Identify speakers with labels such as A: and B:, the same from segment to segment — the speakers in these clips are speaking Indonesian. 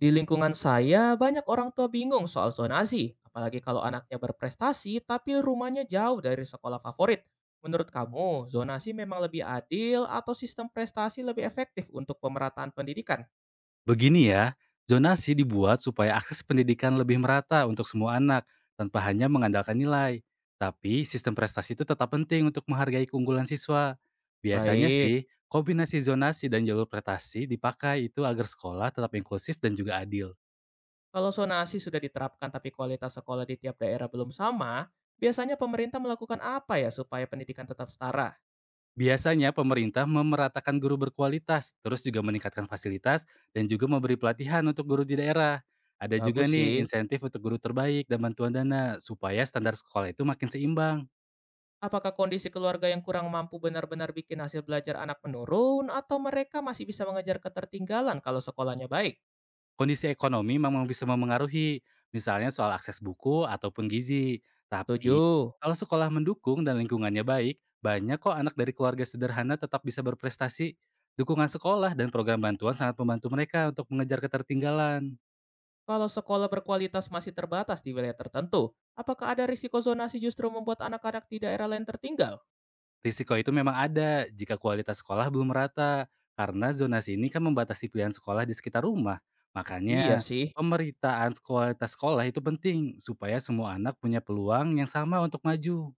A: Di lingkungan saya, banyak orang tua bingung soal zonasi, apalagi kalau anaknya berprestasi tapi rumahnya jauh dari sekolah favorit. Menurut kamu, zonasi memang lebih adil atau sistem prestasi lebih efektif untuk pemerataan pendidikan?
B: Begini ya, zonasi dibuat supaya akses pendidikan lebih merata untuk semua anak tanpa hanya mengandalkan nilai. Tapi sistem prestasi itu tetap penting untuk menghargai keunggulan siswa. Biasanya
A: Baik,
B: sih, kombinasi zonasi dan jalur prestasi dipakai itu agar sekolah tetap inklusif dan juga adil.
A: kalau zonasi sudah diterapkan tapi kualitas sekolah di tiap daerah belum sama, biasanya pemerintah melakukan apa ya supaya pendidikan tetap setara?
B: Biasanya pemerintah memeratakan guru berkualitas, terus juga meningkatkan fasilitas dan juga memberi pelatihan untuk guru di daerah. Ada juga
A: Bagus
B: nih
A: sih.
B: insentif untuk guru terbaik dan bantuan dana supaya standar sekolah itu makin seimbang.
A: Apakah kondisi keluarga yang kurang mampu benar-benar bikin hasil belajar anak menurun atau mereka masih bisa mengejar ketertinggalan kalau sekolahnya baik?
B: Kondisi ekonomi memang bisa memengaruhi, misalnya soal akses buku ataupun gizi. Tapi,
A: Setuju.
B: kalau sekolah mendukung dan lingkungannya baik, banyak kok anak dari keluarga sederhana tetap bisa berprestasi. Dukungan sekolah dan program bantuan sangat membantu mereka untuk mengejar ketertinggalan.
A: Kalau sekolah berkualitas masih terbatas di wilayah tertentu, apakah ada risiko zonasi justru membuat anak-anak di daerah lain tertinggal?
B: Risiko itu memang ada jika kualitas sekolah belum merata, karena zonasi ini kan membatasi pilihan sekolah di sekitar rumah.
A: Iya
B: Makanya,
A: sih.
B: pemeritaan kualitas sekolah itu penting, supaya semua anak punya peluang yang sama untuk maju.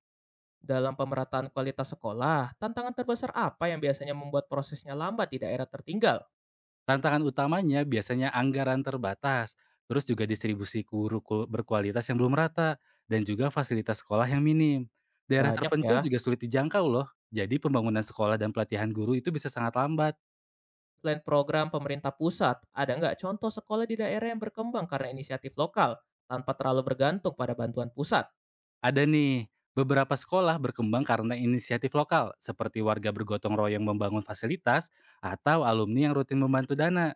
A: Dalam pemerataan kualitas sekolah, tantangan terbesar apa yang biasanya membuat prosesnya lambat di daerah tertinggal?
B: Tantangan utamanya biasanya anggaran terbatas, terus juga distribusi berkualitas yang belum rata, dan juga fasilitas sekolah yang minim. Daerah
A: Banyak
B: terpencil
A: ya.
B: juga sulit dijangkau loh, jadi pembangunan sekolah dan pelatihan guru itu bisa sangat lambat.
A: Selain program pemerintah pusat, ada nggak contoh sekolah di daerah yang berkembang karena inisiatif lokal tanpa terlalu bergantung pada bantuan pusat?
B: Ada nih, beberapa sekolah berkembang karena inisiatif lokal, seperti warga bergotong royong membangun fasilitas atau alumni yang rutin membantu dana.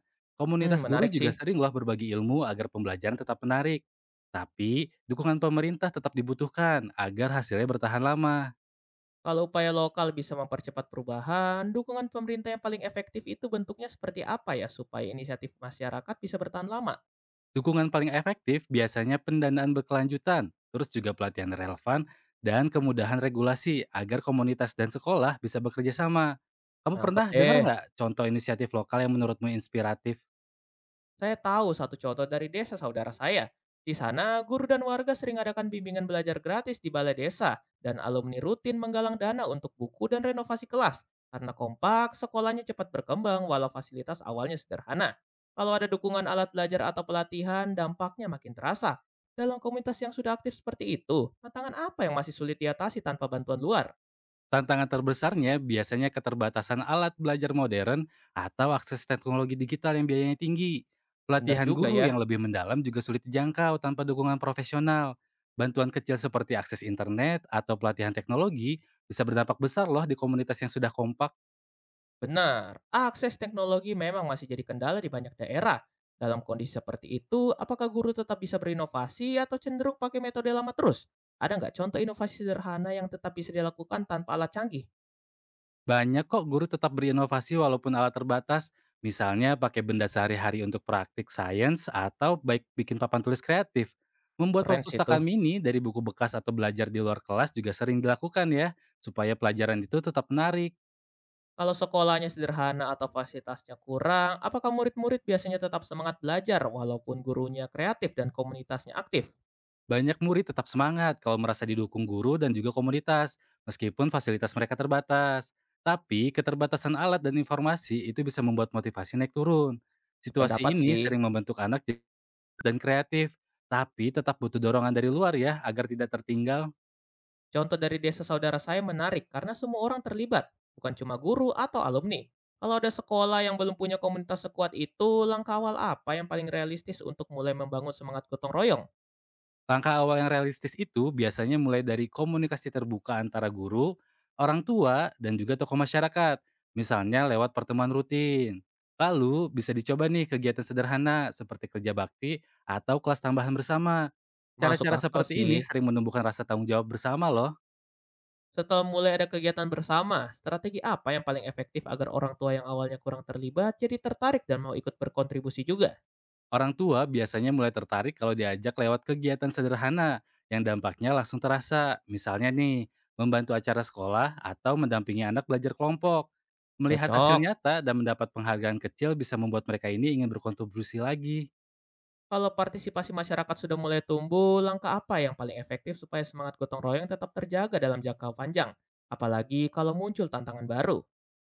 A: Hmm,
B: Komunitas guru
A: menarik
B: juga
A: sih.
B: seringlah berbagi ilmu agar pembelajaran tetap menarik. Tapi, dukungan pemerintah tetap dibutuhkan agar hasilnya bertahan lama.
A: Kalau upaya lokal bisa mempercepat perubahan, dukungan pemerintah yang paling efektif itu bentuknya seperti apa ya supaya inisiatif masyarakat bisa bertahan lama?
B: Dukungan paling efektif biasanya pendanaan berkelanjutan, terus juga pelatihan relevan, dan kemudahan regulasi agar komunitas dan sekolah bisa bekerja sama. Kamu
A: Nangkep
B: pernah dengar
A: deh.
B: nggak contoh inisiatif lokal yang menurutmu inspiratif?
A: Saya tahu satu contoh dari desa saudara saya. Di sana, guru dan warga sering adakan bimbingan belajar gratis di balai desa, dan alumni rutin menggalang dana untuk buku dan renovasi kelas. Karena kompak, sekolahnya cepat berkembang walau fasilitas awalnya sederhana. Kalau ada dukungan alat belajar atau pelatihan, dampaknya makin terasa. Dalam komunitas yang sudah aktif seperti itu, tantangan apa yang masih sulit diatasi tanpa bantuan luar?
B: Tantangan terbesarnya biasanya keterbatasan alat belajar modern atau akses teknologi digital yang biayanya tinggi.
A: Benar
B: Pelatihan
A: juga
B: guru
A: ya.
B: yang lebih mendalam juga sulit dijangkau tanpa dukungan profesional. Bantuan kecil seperti akses internet atau pelatihan teknologi bisa berdampak besar loh di komunitas yang sudah kompak.
A: Benar, akses teknologi memang masih jadi kendala di banyak daerah. Dalam kondisi seperti itu, apakah guru tetap bisa berinovasi atau cenderung pakai metode lama terus? Ada nggak contoh inovasi sederhana yang tetap bisa dilakukan tanpa alat canggih?
B: Banyak kok guru tetap berinovasi walaupun alat terbatas, misalnya pakai benda sehari-hari untuk praktik sains atau baik bikin papan tulis kreatif. Membuat
A: Keren sih tuh.
B: perpustakaan mini dari buku bekas atau belajar di luar kelas juga sering dilakukan ya, supaya pelajaran itu tetap menarik.
A: Kalau sekolahnya sederhana atau fasilitasnya kurang, apakah murid-murid biasanya tetap semangat belajar walaupun gurunya kreatif dan komunitasnya aktif?
B: Banyak murid tetap semangat kalau merasa didukung guru dan juga komunitas, meskipun fasilitas mereka terbatas. Tapi keterbatasan alat dan informasi itu bisa membuat motivasi naik turun. Situasi
A: Sependapat
B: ini
A: sih.
B: sering membentuk anak dan kreatif, tapi tetap butuh dorongan dari luar ya agar tidak tertinggal.
A: Contoh dari desa saudara saya menarik karena semua orang terlibat, bukan cuma guru atau alumni. Kalau ada sekolah yang belum punya komunitas sekuat itu, langkah awal apa yang paling realistis untuk mulai membangun semangat gotong royong?
B: Langkah awal yang realistis itu biasanya mulai dari komunikasi terbuka antara guru, orang tua, dan juga tokoh masyarakat. Misalnya lewat pertemuan rutin. Lalu bisa dicoba nih kegiatan sederhana seperti kerja bakti atau kelas tambahan bersama.
A: Masuk
B: Cara-cara
A: akal
B: seperti
A: sih.
B: ini sering menumbuhkan rasa tanggung jawab bersama loh.
A: Setelah mulai ada kegiatan bersama, strategi apa yang paling efektif agar orang tua yang awalnya kurang terlibat jadi tertarik dan mau ikut berkontribusi juga?
B: Orang tua biasanya mulai tertarik kalau diajak lewat kegiatan sederhana yang dampaknya langsung terasa. Misalnya nih, membantu acara sekolah atau mendampingi anak belajar kelompok. Melihat hasil
A: Cocok.
B: nyata dan mendapat penghargaan kecil bisa membuat mereka ini ingin berkontribusi lagi.
A: Kalau partisipasi masyarakat sudah mulai tumbuh, langkah apa yang paling efektif supaya semangat gotong royong tetap terjaga dalam jangka panjang? Apalagi kalau muncul tantangan baru.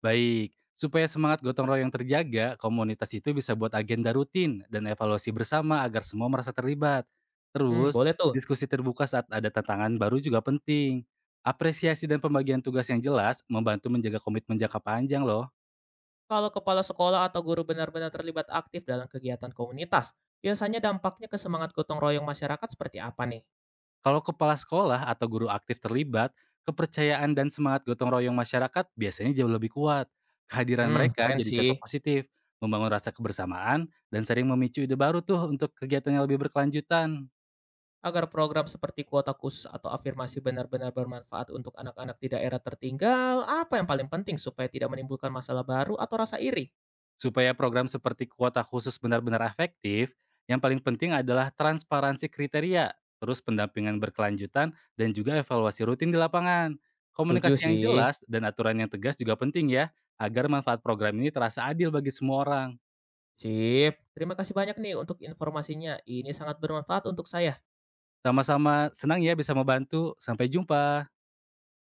B: Baik, supaya semangat gotong royong terjaga, komunitas itu bisa buat agenda rutin dan evaluasi bersama agar semua merasa terlibat.
A: Hmm,
B: Terus,
A: boleh tuh.
B: diskusi terbuka saat ada tantangan baru juga penting. Apresiasi dan pembagian tugas yang jelas membantu menjaga komitmen jangka panjang loh.
A: Kalau kepala sekolah atau guru benar-benar terlibat aktif dalam kegiatan komunitas, biasanya dampaknya ke semangat gotong royong masyarakat seperti apa nih?
B: Kalau kepala sekolah atau guru aktif terlibat, kepercayaan dan semangat gotong royong masyarakat biasanya jauh lebih kuat. Kehadiran
A: Hmm,
B: mereka
A: keren
B: jadi
A: sih.
B: contoh positif, membangun rasa kebersamaan, dan sering memicu ide baru tuh untuk kegiatan yang lebih berkelanjutan.
A: Agar program seperti kuota khusus atau afirmasi benar-benar bermanfaat untuk anak-anak di daerah tertinggal, apa yang paling penting supaya tidak menimbulkan masalah baru atau rasa iri?
B: Supaya program seperti kuota khusus benar-benar efektif, yang paling penting adalah transparansi kriteria, terus pendampingan berkelanjutan, dan juga evaluasi rutin di lapangan.
A: Setuju
B: Komunikasi yang
A: sih.
B: jelas dan aturan yang tegas juga penting ya, agar manfaat program ini terasa adil bagi semua orang.
A: Sip. Terima kasih banyak nih untuk informasinya. Ini sangat bermanfaat untuk saya.
B: Sama-sama senang ya bisa membantu. Sampai jumpa.